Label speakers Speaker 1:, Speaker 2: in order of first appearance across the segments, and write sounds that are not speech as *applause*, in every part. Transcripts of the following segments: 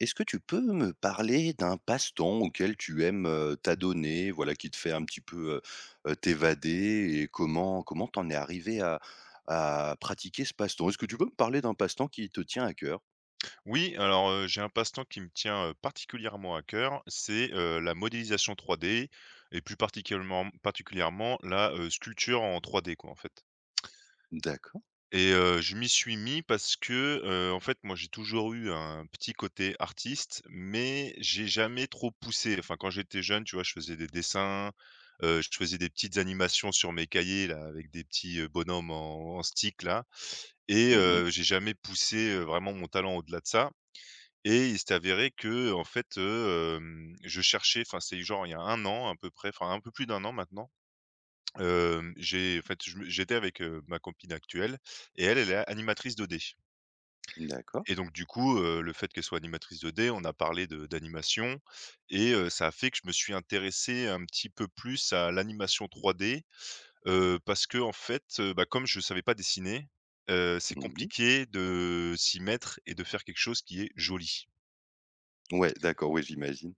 Speaker 1: Est-ce que tu peux me parler d'un passe-temps auquel tu aimes, t'adonner, voilà, qui te fait un petit peu, t'évader et comment t'en es arrivé à pratiquer ce passe-temps? Est-ce que tu peux me parler d'un passe-temps qui te tient à cœur?
Speaker 2: Oui, alors, j'ai un passe-temps qui me tient, particulièrement à cœur, c'est, la modélisation 3D et plus particulièrement la, sculpture en 3D quoi, en fait.
Speaker 1: D'accord.
Speaker 2: Et je m'y suis mis parce que, en fait, moi, j'ai toujours eu un petit côté artiste, mais j'ai jamais trop poussé. Enfin, quand j'étais jeune, tu vois, je faisais des dessins, je faisais des petites animations sur mes cahiers là, avec des petits, bonhommes en stick là. Et
Speaker 1: Mmh.
Speaker 2: j'ai jamais poussé, vraiment mon talent au-delà de ça. Et il s'est avéré que en fait, je cherchais enfin, c'est genre il y a un an à peu près, enfin un peu plus d'un an maintenant, j'ai en fait, je me j'étais avec, ma copine actuelle et elle, elle est animatrice 2D.
Speaker 1: D'accord.
Speaker 2: Et donc du coup, le fait qu'elle soit animatrice 2D, on a parlé de d'animation. Et ça a fait que je me suis intéressé un petit peu plus à l'animation 3D, parce que, en fait, bah, comme je ne savais pas dessiner, c'est
Speaker 1: Mmh.
Speaker 2: compliqué de s'y mettre et de faire quelque chose qui est joli.
Speaker 1: Ouais, d'accord, ouais, j'imagine.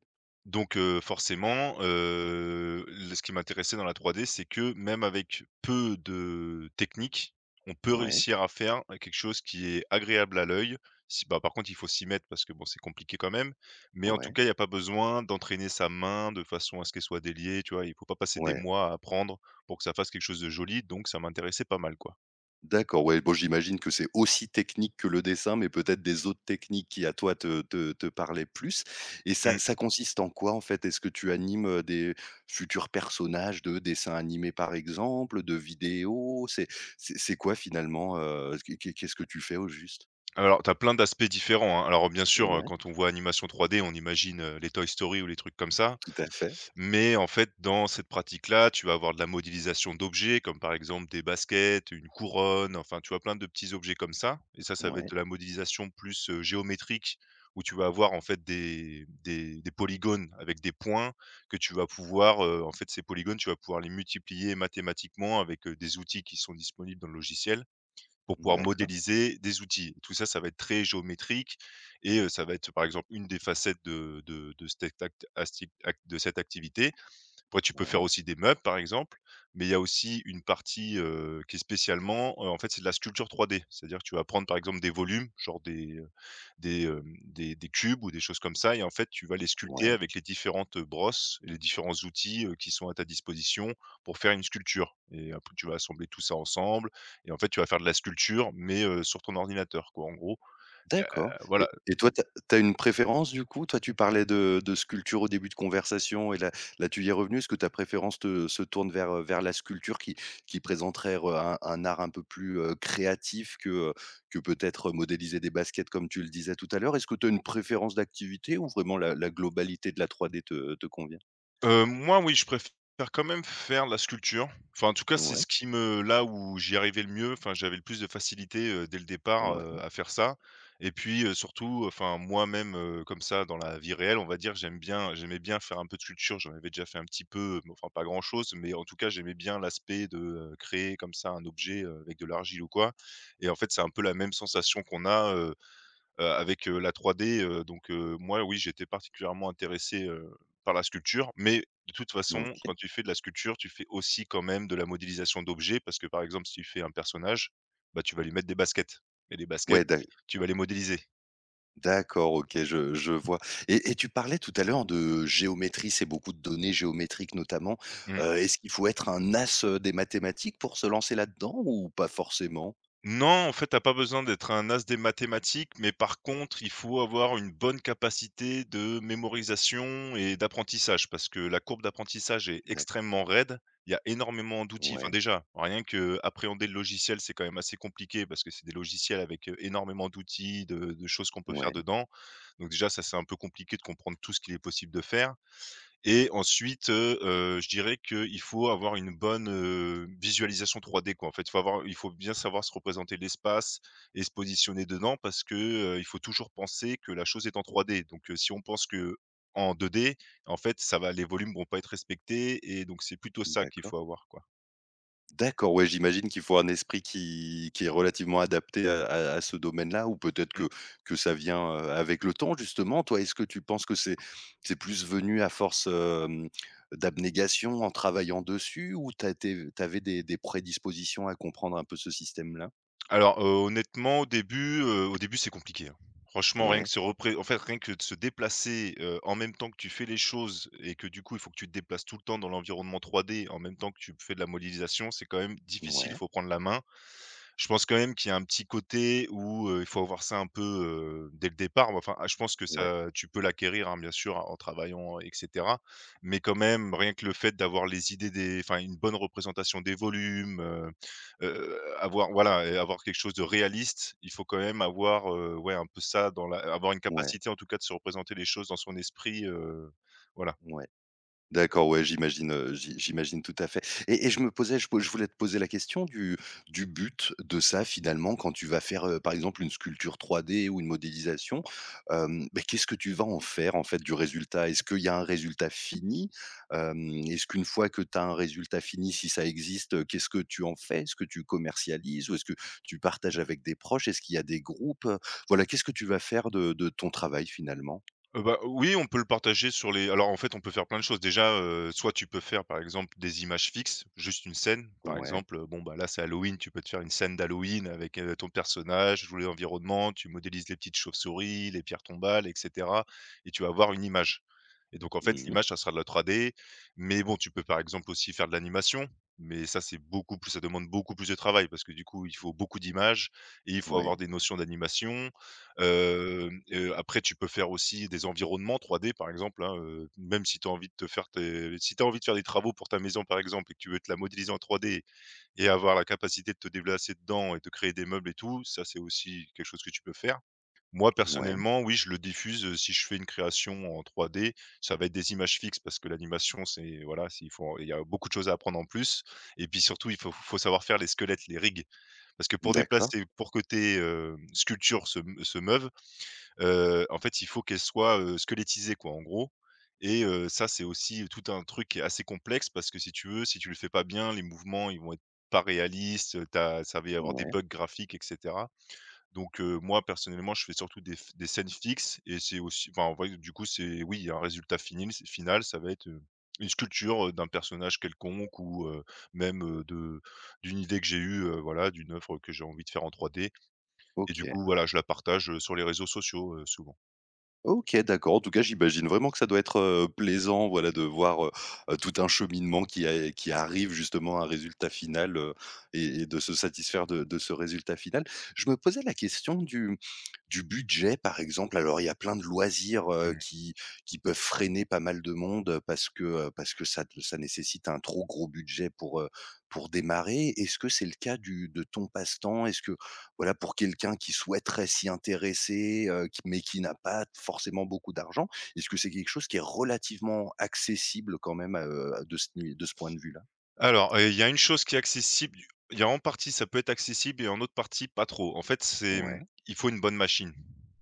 Speaker 2: Donc forcément, l ce qui m'intéressait dans la 3D, c'est que même avec peu de technique, on peut
Speaker 1: Ouais,
Speaker 2: réussir à faire quelque chose qui est agréable à l'œil. Si bah, par contre, il faut s'y mettre parce que bon, c'est compliqué quand même, mais en tout
Speaker 1: ouais,
Speaker 2: cas, il n'y a pas besoin d'entraîner sa main de façon à ce qu'elle soit déliée, tu vois? Il ne faut pas passer des
Speaker 1: ouais.
Speaker 2: mois à apprendre pour que ça fasse quelque chose de joli, donc ça m'intéressait pas mal, quoi.
Speaker 1: D'accord, ouais, bon, j'imagine que c'est aussi technique que le dessin, mais peut-être des autres techniques qui à toi te parlaient plus. Et ça
Speaker 2: Mmh.
Speaker 1: ça consiste en quoi, en fait? Est-ce que tu animes, des futurs personnages de dessins animés, par exemple, de vidéos? C'est c'est quoi finalement, qu'est-ce que tu fais au juste?
Speaker 2: Alors, tu as plein d'aspects différents, hein. Alors, bien sûr,
Speaker 1: Ouais,
Speaker 2: quand on voit animation 3D, on imagine, les Toy Story ou les trucs comme ça.
Speaker 1: tout à fait.
Speaker 2: Mais en fait, dans cette pratique-là, tu vas avoir de la modélisation d'objets comme par exemple des baskets, une couronne, enfin tu vois plein de petits objets comme ça, et ça, ça va être
Speaker 1: Ouais,
Speaker 2: de la modélisation plus, géométrique, où tu vas avoir en fait des des polygones avec des points que tu vas pouvoir, en fait ces polygones, tu vas pouvoir les multiplier mathématiquement avec, des outils qui sont disponibles dans le logiciel pour pouvoir
Speaker 1: d'accord.
Speaker 2: modéliser des outils. Tout ça, ça va être très géométrique. Et ça va être par exemple une des facettes de cette activité. Après tu peux faire
Speaker 1: Ouais,
Speaker 2: aussi des meubles, par exemple, mais il y a aussi une partie, qui est spécialement, en fait, c'est de la sculpture 3D. C'est-à-dire que tu vas prendre, par exemple, des volumes, genre des, des cubes ou des choses comme ça, et en fait, tu vas les sculpter
Speaker 1: ouais.
Speaker 2: avec les différentes brosses et les différents outils, qui sont à ta disposition pour faire une sculpture. Et après tu vas assembler tout ça ensemble et en fait, tu vas faire de la sculpture mais, sur ton ordinateur, quoi, en gros. Heu,
Speaker 1: D'accord. Et
Speaker 2: voilà.
Speaker 1: toi, tu as une préférence du coup? Toi, tu parlais de sculpture au début de conversation et là, tu y es revenu. Est-ce que ta préférence te se tourne vers, vers la sculpture qui présenterait re un art un peu plus, créatif que peut-être modéliser des baskets comme tu le disais tout à l'heure? Est-ce que tu as une préférence d'activité ou vraiment la globalité de la 3D te convient?
Speaker 2: Moi oui, je préfère quand même faire la sculpture. Enfin, en tout cas, c'est
Speaker 1: Ouais,
Speaker 2: ce qui me là où j'y arrivais le mieux, enfin, j'avais le plus de facilité, dès le départ,
Speaker 1: ouais,
Speaker 2: à faire ça. Et puis, surtout, enfin, moi-même, comme ça, dans la vie réelle, on va dire, j'aimais bien faire un peu de sculpture. J'en avais déjà fait un petit peu, mais enfin, pas grand-chose, mais en tout cas, j'aimais bien l'aspect de, créer comme ça un objet, avec de l'argile ou quoi. Et en fait, c'est un peu la même sensation qu'on a, avec, la 3D, donc moi oui, j'étais particulièrement intéressé, par la sculpture, mais de toute façon,
Speaker 1: OK.
Speaker 2: quand tu fais de la sculpture, tu fais aussi quand même de la modélisation d'objets parce que, par exemple, si tu fais un personnage, bah, tu vas lui mettre des baskets et les
Speaker 1: Ouais,
Speaker 2: baskets,
Speaker 1: d'ac.
Speaker 2: tu vas les modéliser.
Speaker 1: D'accord, OK, je vois. Et tu parlais tout à l'heure de géométrie, c'est beaucoup de données géométriques notamment.
Speaker 2: Mmh.
Speaker 1: Est-ce qu'il faut être un as, des mathématiques pour se lancer là-dedans ou pas forcément?
Speaker 2: Non, en fait, t'as pas besoin d'être un as des mathématiques, mais par contre, il faut avoir une bonne capacité de mémorisation et d'apprentissage parce que la courbe d'apprentissage est
Speaker 1: D'accord.
Speaker 2: extrêmement raide. Il y a énormément d'outils. Enfin,
Speaker 1: Ouais,
Speaker 2: déjà, rien que appréhender le logiciel, c'est quand même assez compliqué parce que c'est des logiciels avec énormément d'outils, de choses qu'on peut faire
Speaker 1: ouais,
Speaker 2: dedans. Donc déjà, ça, c'est un peu compliqué de comprendre tout ce qu'il est possible de faire. Et ensuite, je dirais qu'il faut avoir une bonne, visualisation 3D, quoi. En fait, il faut bien savoir se représenter l'espace et se positionner dedans parce que, il faut toujours penser que la chose est en 3D. Donc, si on pense qu'en 2D, en fait, ça va les volumes vont pas être respectés, et donc c'est plutôt ça qu'il
Speaker 1: d'accord.
Speaker 2: faut avoir, quoi.
Speaker 1: D'accord, ouais, j'imagine qu'il faut un esprit qui est relativement adapté à ce domaine-là, ou peut-être que ça vient, avec le temps justement. Toi, est-ce que tu penses que c'est plus venu à force, d'abnégation en travaillant dessus, ou tu avais des prédispositions à comprendre un peu ce système-là?
Speaker 2: Alors, honnêtement, au début, c'est compliqué, hein. Franchement, rien que
Speaker 1: Ouais,
Speaker 2: se repré en fait, rien que de se déplacer, en même temps que tu fais les choses et que, du coup, il faut que tu te déplaces tout le temps dans l'environnement 3D, en même temps que tu fais de la modélisation, c'est quand même difficile. Il
Speaker 1: ouais,
Speaker 2: faut prendre la main. Je pense quand même qu'il y a un petit côté où, il faut avoir ça un peu, dès le départ. Enfin, ah, je pense que
Speaker 1: ouais,
Speaker 2: ça tu peux l'acquérir, hein, bien sûr, en travaillant et cetera. Mais quand même, rien que le fait d'avoir les idées des enfin, une bonne représentation des volumes, avoir voilà, et avoir quelque chose de réaliste, il faut quand même avoir, ouais un peu ça dans la avoir une
Speaker 1: ouais,
Speaker 2: capacité en tout cas de se représenter les choses dans son esprit, voilà.
Speaker 1: ouais. D'accord, ouais, j'imagine, j'imagine tout à fait. Et je me posais, je voulais te poser la question du but de ça finalement, quand tu vas faire, par exemple une sculpture 3D ou une modélisation, beh, qu'est-ce que tu vas en faire en fait du résultat? Est-ce qu'il y a un résultat fini? Est-ce qu'une fois que tu as un résultat fini, si ça existe, qu'est-ce que tu en fais? Est-ce que tu commercialises, ou est-ce que tu partages avec des proches? Est-ce qu'il y a des groupes? Voilà, qu'est-ce que tu vas faire de ton travail finalement?
Speaker 2: Bah, oui, on peut le partager sur les alors, en fait, on peut faire plein de choses. Déjà, soit tu peux faire, par exemple, des images fixes, juste une scène. Par
Speaker 1: Ouais.
Speaker 2: exemple, bon, bah, là, c'est Halloween, tu peux te faire une scène d'Halloween avec, ton personnage ou l'environnement, tu modélises les petites chauves-souris, les pierres tombales et cetera, et tu vas avoir une image. Et donc, en fait,
Speaker 1: Mmh.
Speaker 2: l'image, ça sera de la 3D mais bon, tu peux, par exemple, aussi faire de l'animation, mais ça, c'est beaucoup plus ça demande beaucoup plus de travail parce que, du coup, il faut beaucoup d'images et il faut avoir
Speaker 1: Ouais.
Speaker 2: des notions d'animation. Après tu peux faire aussi des environnements 3D par exemple, hein, même si tu as envie de te faire tes si tu as envie de faire des travaux pour ta maison par exemple et que tu veux te la modéliser en 3D et avoir la capacité de te déplacer dedans et de créer des meubles et tout, ça c'est aussi quelque chose que tu peux faire. Moi
Speaker 1: Ouais.
Speaker 2: personnellement, oui, je le diffuse, si je fais une création en 3D, ça va être des images fixes parce que l'animation c'est voilà, c'est il faut il y a beaucoup de choses à apprendre en plus. Et puis surtout il faut savoir faire les squelettes, les rigs, parce que
Speaker 1: D'accord.
Speaker 2: pour que tes, sculptures se meuvent, en fait, il faut qu'elle soit, squelettisée quoi, en gros. Et ça, c'est aussi tout un truc qui est assez complexe parce que si tu veux, si tu le fais pas bien, les mouvements, ils vont être pas réalistes. T'as, ça va y avoir des
Speaker 1: Ouais,
Speaker 2: bugs graphiques et cetera. Donc moi, personnellement, je fais surtout des scènes fixes. Et c'est aussi enfin, en vrai, du coup, c'est oui, un résultat fini final, ça va être, une sculpture, d'un personnage quelconque ou même, de d'une idée que j'ai eue, voilà, d'une œuvre que j'ai envie de faire en 3D. Et du
Speaker 1: OK.
Speaker 2: coup, voilà, je la partage, sur les réseaux sociaux, souvent.
Speaker 1: OK, d'accord. En tout cas, j'imagine vraiment que ça doit être, plaisant, voilà, de voir, tout un cheminement qui arrive justement à un résultat final, et de se satisfaire de ce résultat final. Je me posais la question du budget, par exemple. Alors, il y a plein de loisirs,
Speaker 2: Mmh.
Speaker 1: qui peuvent freiner pas mal de monde, parce que, ça nécessite un trop gros budget pour démarrer. Est-ce que c'est le cas du de ton passe-temps? Est-ce que... Voilà, pour quelqu'un qui souhaiterait s'y intéresser, qui mais qui n'a pas forcément beaucoup d'argent. Est-ce que c'est quelque chose qui est relativement accessible quand même, de ce ni de ce point de vue-là?
Speaker 2: Alors, il y a une chose qui est accessible, il y a en partie ça peut être accessible et en autre partie pas trop. En fait, c'est,
Speaker 1: Ouais,
Speaker 2: mmh, il faut une bonne machine.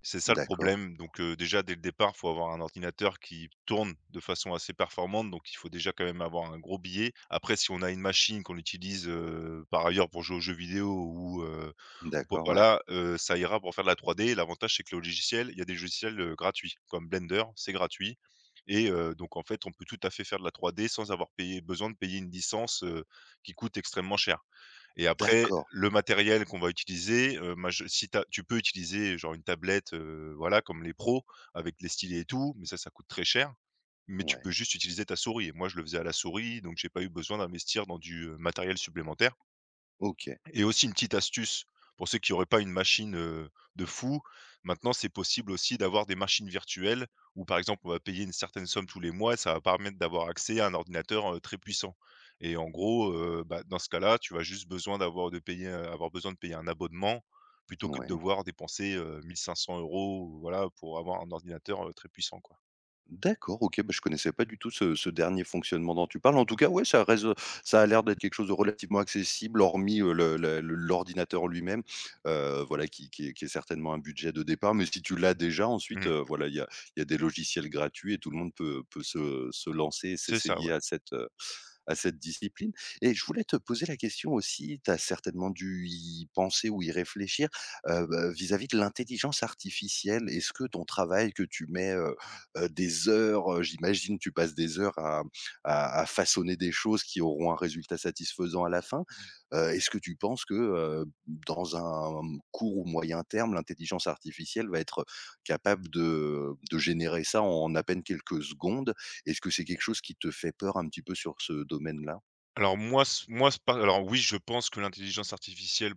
Speaker 2: C'est ça le
Speaker 1: d'accord,
Speaker 2: problème. Donc déjà dès le départ, il faut avoir un ordinateur qui tourne de façon assez performante, donc il faut déjà quand même avoir un gros billet. Après si on a une machine qu'on utilise, par ailleurs pour jouer aux jeux vidéo ou pour
Speaker 1: d'accord, ouais.
Speaker 2: voilà, ça ira pour faire de la 3D. L'avantage c'est que le logiciel, il y a des logiciels, gratuits comme Blender, c'est gratuit donc en fait, on peut tout à fait faire de la 3D sans avoir payé besoin de payer une licence qui coûte extrêmement cher, et après
Speaker 1: D'accord,
Speaker 2: le matériel qu'on va utiliser, maj si tu peux utiliser genre une tablette, voilà, comme les pros avec les stylés et tout, mais ça coûte très cher, mais tu peux
Speaker 1: ouais,
Speaker 2: juste utiliser ta souris, et moi je le faisais à la souris, donc j'ai pas eu besoin d'investir dans du, matériel supplémentaire.
Speaker 1: OK,
Speaker 2: Et aussi une petite astuce, pour ceux qui n'auraient pas une machine, de fou, maintenant c'est possible aussi d'avoir des machines virtuelles où par exemple on va payer une certaine somme tous les mois et ça va permettre d'avoir accès à un ordinateur, très puissant. Et en gros, bah, dans ce cas-là, tu vas juste besoin d'avoir de payer, avoir besoin de payer un abonnement plutôt que de
Speaker 1: ouais.
Speaker 2: devoir dépenser, 1 500 € ou voilà, pour avoir un ordinateur, très puissant quoi.
Speaker 1: D'accord, OK, bah, je connaissais pas du tout ce dernier fonctionnement dont tu parles. En tout cas, ouais, ça reste, ça a l'air d'être quelque chose de relativement accessible, hormis, le l'ordinateur lui-même, voilà, qui qui est certainement un budget de départ. Mais si tu l'as déjà, ensuite,
Speaker 2: Mmh.
Speaker 1: voilà, il y a des logiciels gratuits et tout le monde peut se lancer et
Speaker 2: C'est ça,
Speaker 1: s'essayer
Speaker 2: ouais.
Speaker 1: à cette discipline. Et je voulais te poser la question aussi, tu as certainement dû y penser ou y réfléchir, bah, vis-à-vis de l'intelligence artificielle. Est-ce que ton travail que tu mets, des heures, j'imagine tu passes des heures à façonner des choses qui auront un résultat satisfaisant à la fin. Est-ce que tu penses que, dans un court ou moyen terme, l'intelligence artificielle va être capable de générer ça en à peine quelques secondes? Est-ce que c'est quelque chose qui te fait peur un petit peu sur ce domaine-là?
Speaker 2: Alors moi s pas alors oui, je pense que l'intelligence artificielle,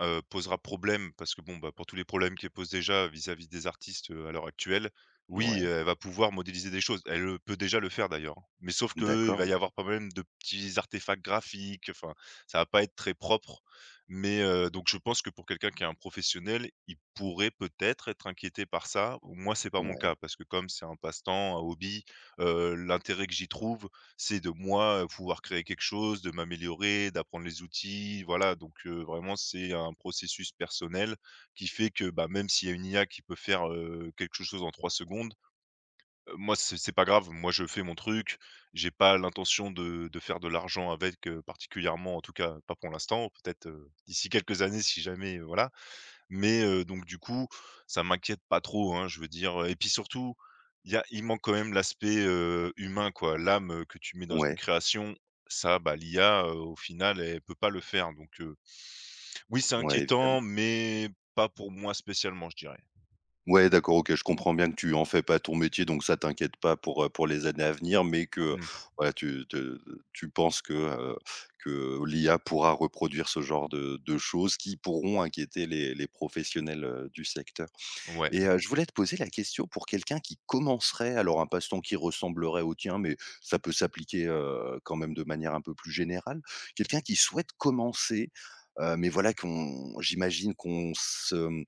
Speaker 2: posera problème parce que bon, bah, pour tous les problèmes qu'elle pose déjà vis-à-vis des artistes, à l'heure actuelle, oui,
Speaker 1: Ouais,
Speaker 2: elle va pouvoir modéliser des choses. Elle, peut déjà le faire d'ailleurs, hein, mais sauf que il va
Speaker 1: d'accord.
Speaker 2: y avoir pas même de petits artefacts graphiques, enfin, ça va pas être très propre, mais donc je pense que pour quelqu'un qui est un professionnel, il pourrait peut-être être inquiété par ça. Moi, c'est pas mon
Speaker 1: Ouais,
Speaker 2: cas parce que comme c'est un passe-temps, un hobby, l'intérêt que j'y trouve, c'est de moi, pouvoir créer quelque chose, de m'améliorer, d'apprendre les outils, voilà, donc vraiment c'est un processus personnel qui fait que, bah, même s'il y a une IA qui peut faire, quelque chose en 3 secondes, moi c'est pas grave. Moi je fais mon truc, j'ai pas l'intention de faire de l'argent avec, particulièrement en tout cas pas pour l'instant. Peut-être, d'ici quelques années si jamais, voilà, mais donc du coup, ça m'inquiète pas trop, hein, je veux dire, et puis surtout, il y a il manque quand même l'aspect, humain quoi. L'âme, que tu mets dans une
Speaker 1: ouais,
Speaker 2: création, ça, bah, l'IA, au final, elle peut pas le faire, donc oui, c'est
Speaker 1: ouais,
Speaker 2: inquiétant,
Speaker 1: évidemment.
Speaker 2: mais pas pour moi spécialement, je dirais.
Speaker 1: Ouais, d'accord, OK, je comprends bien que tu en fais pas ton métier, donc ça t'inquiète pas pour, pour les années à venir, mais que
Speaker 2: Mmh,
Speaker 1: voilà, tu penses que l'IA pourra reproduire ce genre de choses qui pourront inquiéter les professionnels, du secteur.
Speaker 2: ouais.
Speaker 1: Et je voulais te poser la question pour quelqu'un qui commencerait, alors un passe-temps qui ressemblerait au tien, mais ça peut s'appliquer, quand même de manière un peu plus générale. Quelqu'un qui souhaite commencer, mais voilà qu'on j'imagine qu'on se mmh,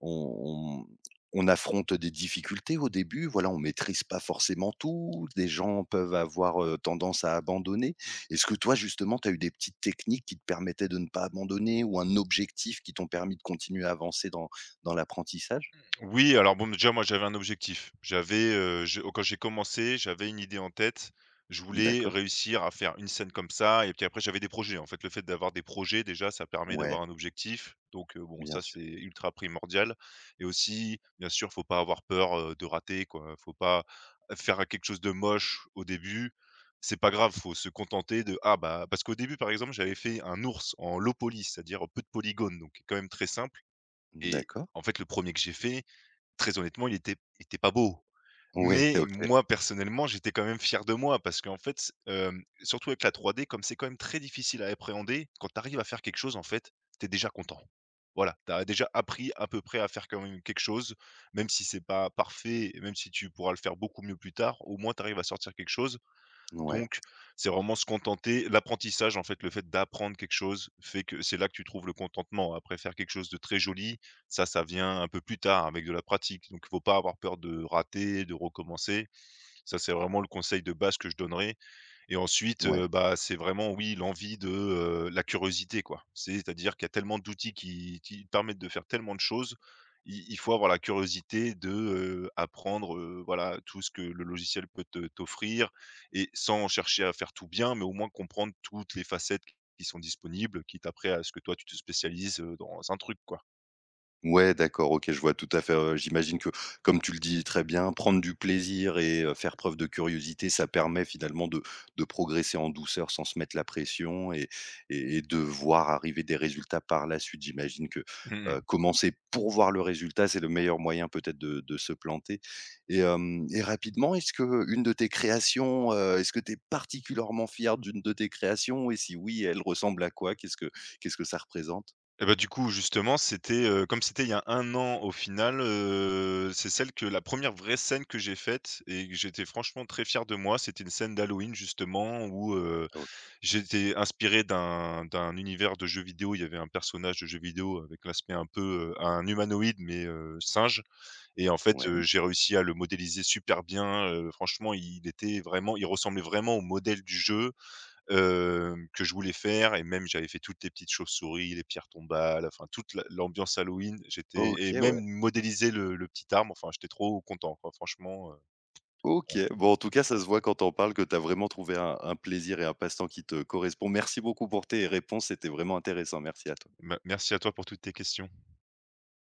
Speaker 1: on on on affronte des difficultés au début, voilà, on maîtrise pas forcément tout, des gens peuvent avoir, tendance à abandonner. Est-ce que toi justement, tu as eu des petites techniques qui te permettaient de ne pas abandonner, ou un objectif qui t'ont permis de continuer à avancer dans l'apprentissage?
Speaker 2: Oui, alors bon, déjà, moi, j'avais un objectif. J'avais, je quand j'ai commencé, j'avais une idée en tête. Je voulais
Speaker 1: D'accord.
Speaker 2: réussir à faire une scène comme ça, et puis après, j'avais des projets. En fait, le fait d'avoir des projets, déjà, ça permet
Speaker 1: Ouais,
Speaker 2: d'avoir un objectif. Donc, bon,
Speaker 1: bien
Speaker 2: ça,
Speaker 1: sûr.
Speaker 2: c'est ultra primordial, et aussi, bien sûr, faut pas avoir peur, de rater, quoi. Faut pas faire quelque chose de moche au début. C'est pas grave, faut se contenter de, ah, bah, parce qu'au début, par exemple, j'avais fait un ours en low poly, c'est-à-dire peu de polygones, donc quand même très simple. Et
Speaker 1: D'accord.
Speaker 2: en fait, le premier que j'ai fait très honnêtement, il était pas beau.
Speaker 1: Ouais,
Speaker 2: Mais
Speaker 1: *laughs* OK.
Speaker 2: moi, personnellement, j'étais quand même fier de moi parce qu'en fait, s surtout avec la 3D, comme c'est quand même très difficile à appréhender, quand tu arrives à faire quelque chose, en fait, tu es déjà content. Voilà, tu as déjà appris à peu près à faire quand même quelque chose, même si c'est pas parfait, même si tu pourras le faire beaucoup mieux plus tard, au moins tu arrives à sortir quelque chose.
Speaker 1: Ouais,
Speaker 2: Donc, c'est vraiment se contenter. L'apprentissage, en fait, le fait d'apprendre quelque chose fait que c'est là que tu trouves le contentement. Après, faire quelque chose de très joli, ça vient un peu plus tard avec de la pratique. Donc, il ne faut pas avoir peur de rater, de recommencer. Ça, c'est vraiment le conseil de base que je donnerais. Et ensuite,
Speaker 1: ouais.
Speaker 2: bah, c'est vraiment, oui, l'envie de, la curiosité, quoi. C'est-à-dire qu'il y a tellement d'outils qui permettent de faire tellement de choses, i il faut avoir la curiosité de, apprendre, voilà, tout ce que le logiciel peut te t'offrir, et sans chercher à faire tout bien, mais au moins comprendre toutes les facettes qui sont disponibles, quitte après à ce que toi, tu te spécialises, dans un truc, quoi.
Speaker 1: Ouais, d'accord, OK, je vois tout à fait, j'imagine que, comme tu le dis très bien, prendre du plaisir et faire preuve de curiosité, ça permet finalement de progresser en douceur sans se mettre la pression, et de voir arriver des résultats par la suite. J'imagine que,
Speaker 2: Mmh.
Speaker 1: commencer pour voir le résultat, c'est le meilleur moyen peut-être de se planter. Et hem et rapidement, est-ce que une de tes créations, est-ce que tu es particulièrement fier d'une de tes créations, et si oui, elle ressemble à quoi? Qu'est-ce que ça représente?
Speaker 2: Et bah, du coup, justement, c'était, comme c'était il y a un an, au final, c'est celle que la première vraie scène que j'ai faite et que j'étais franchement très fier de moi. C'était une scène d'Halloween justement où,
Speaker 1: OK.
Speaker 2: j'étais inspiré d'un univers de jeux vidéo. Il y avait un personnage de jeu vidéo avec l'aspect un peu, un humanoïde mais, singe, et en fait,
Speaker 1: Ouais.
Speaker 2: j'ai réussi à le modéliser super bien, franchement il ressemblait vraiment au modèle du jeu, que je voulais faire, et même j'avais fait toutes les petites chauves-souris, les pierres tombales, enfin toute la l'ambiance Halloween, j'étais et
Speaker 1: OK,
Speaker 2: même
Speaker 1: ouais.
Speaker 2: modéliser le petit arbre, enfin j'étais trop content quoi, franchement,
Speaker 1: OK.
Speaker 2: voilà.
Speaker 1: Bon, en tout cas, ça se voit quand on en parles que tu as vraiment trouvé un plaisir et un passe-temps qui te correspond. Merci beaucoup pour tes réponses, c'était vraiment intéressant. Merci à toi.
Speaker 2: Me merci à toi pour toutes tes questions.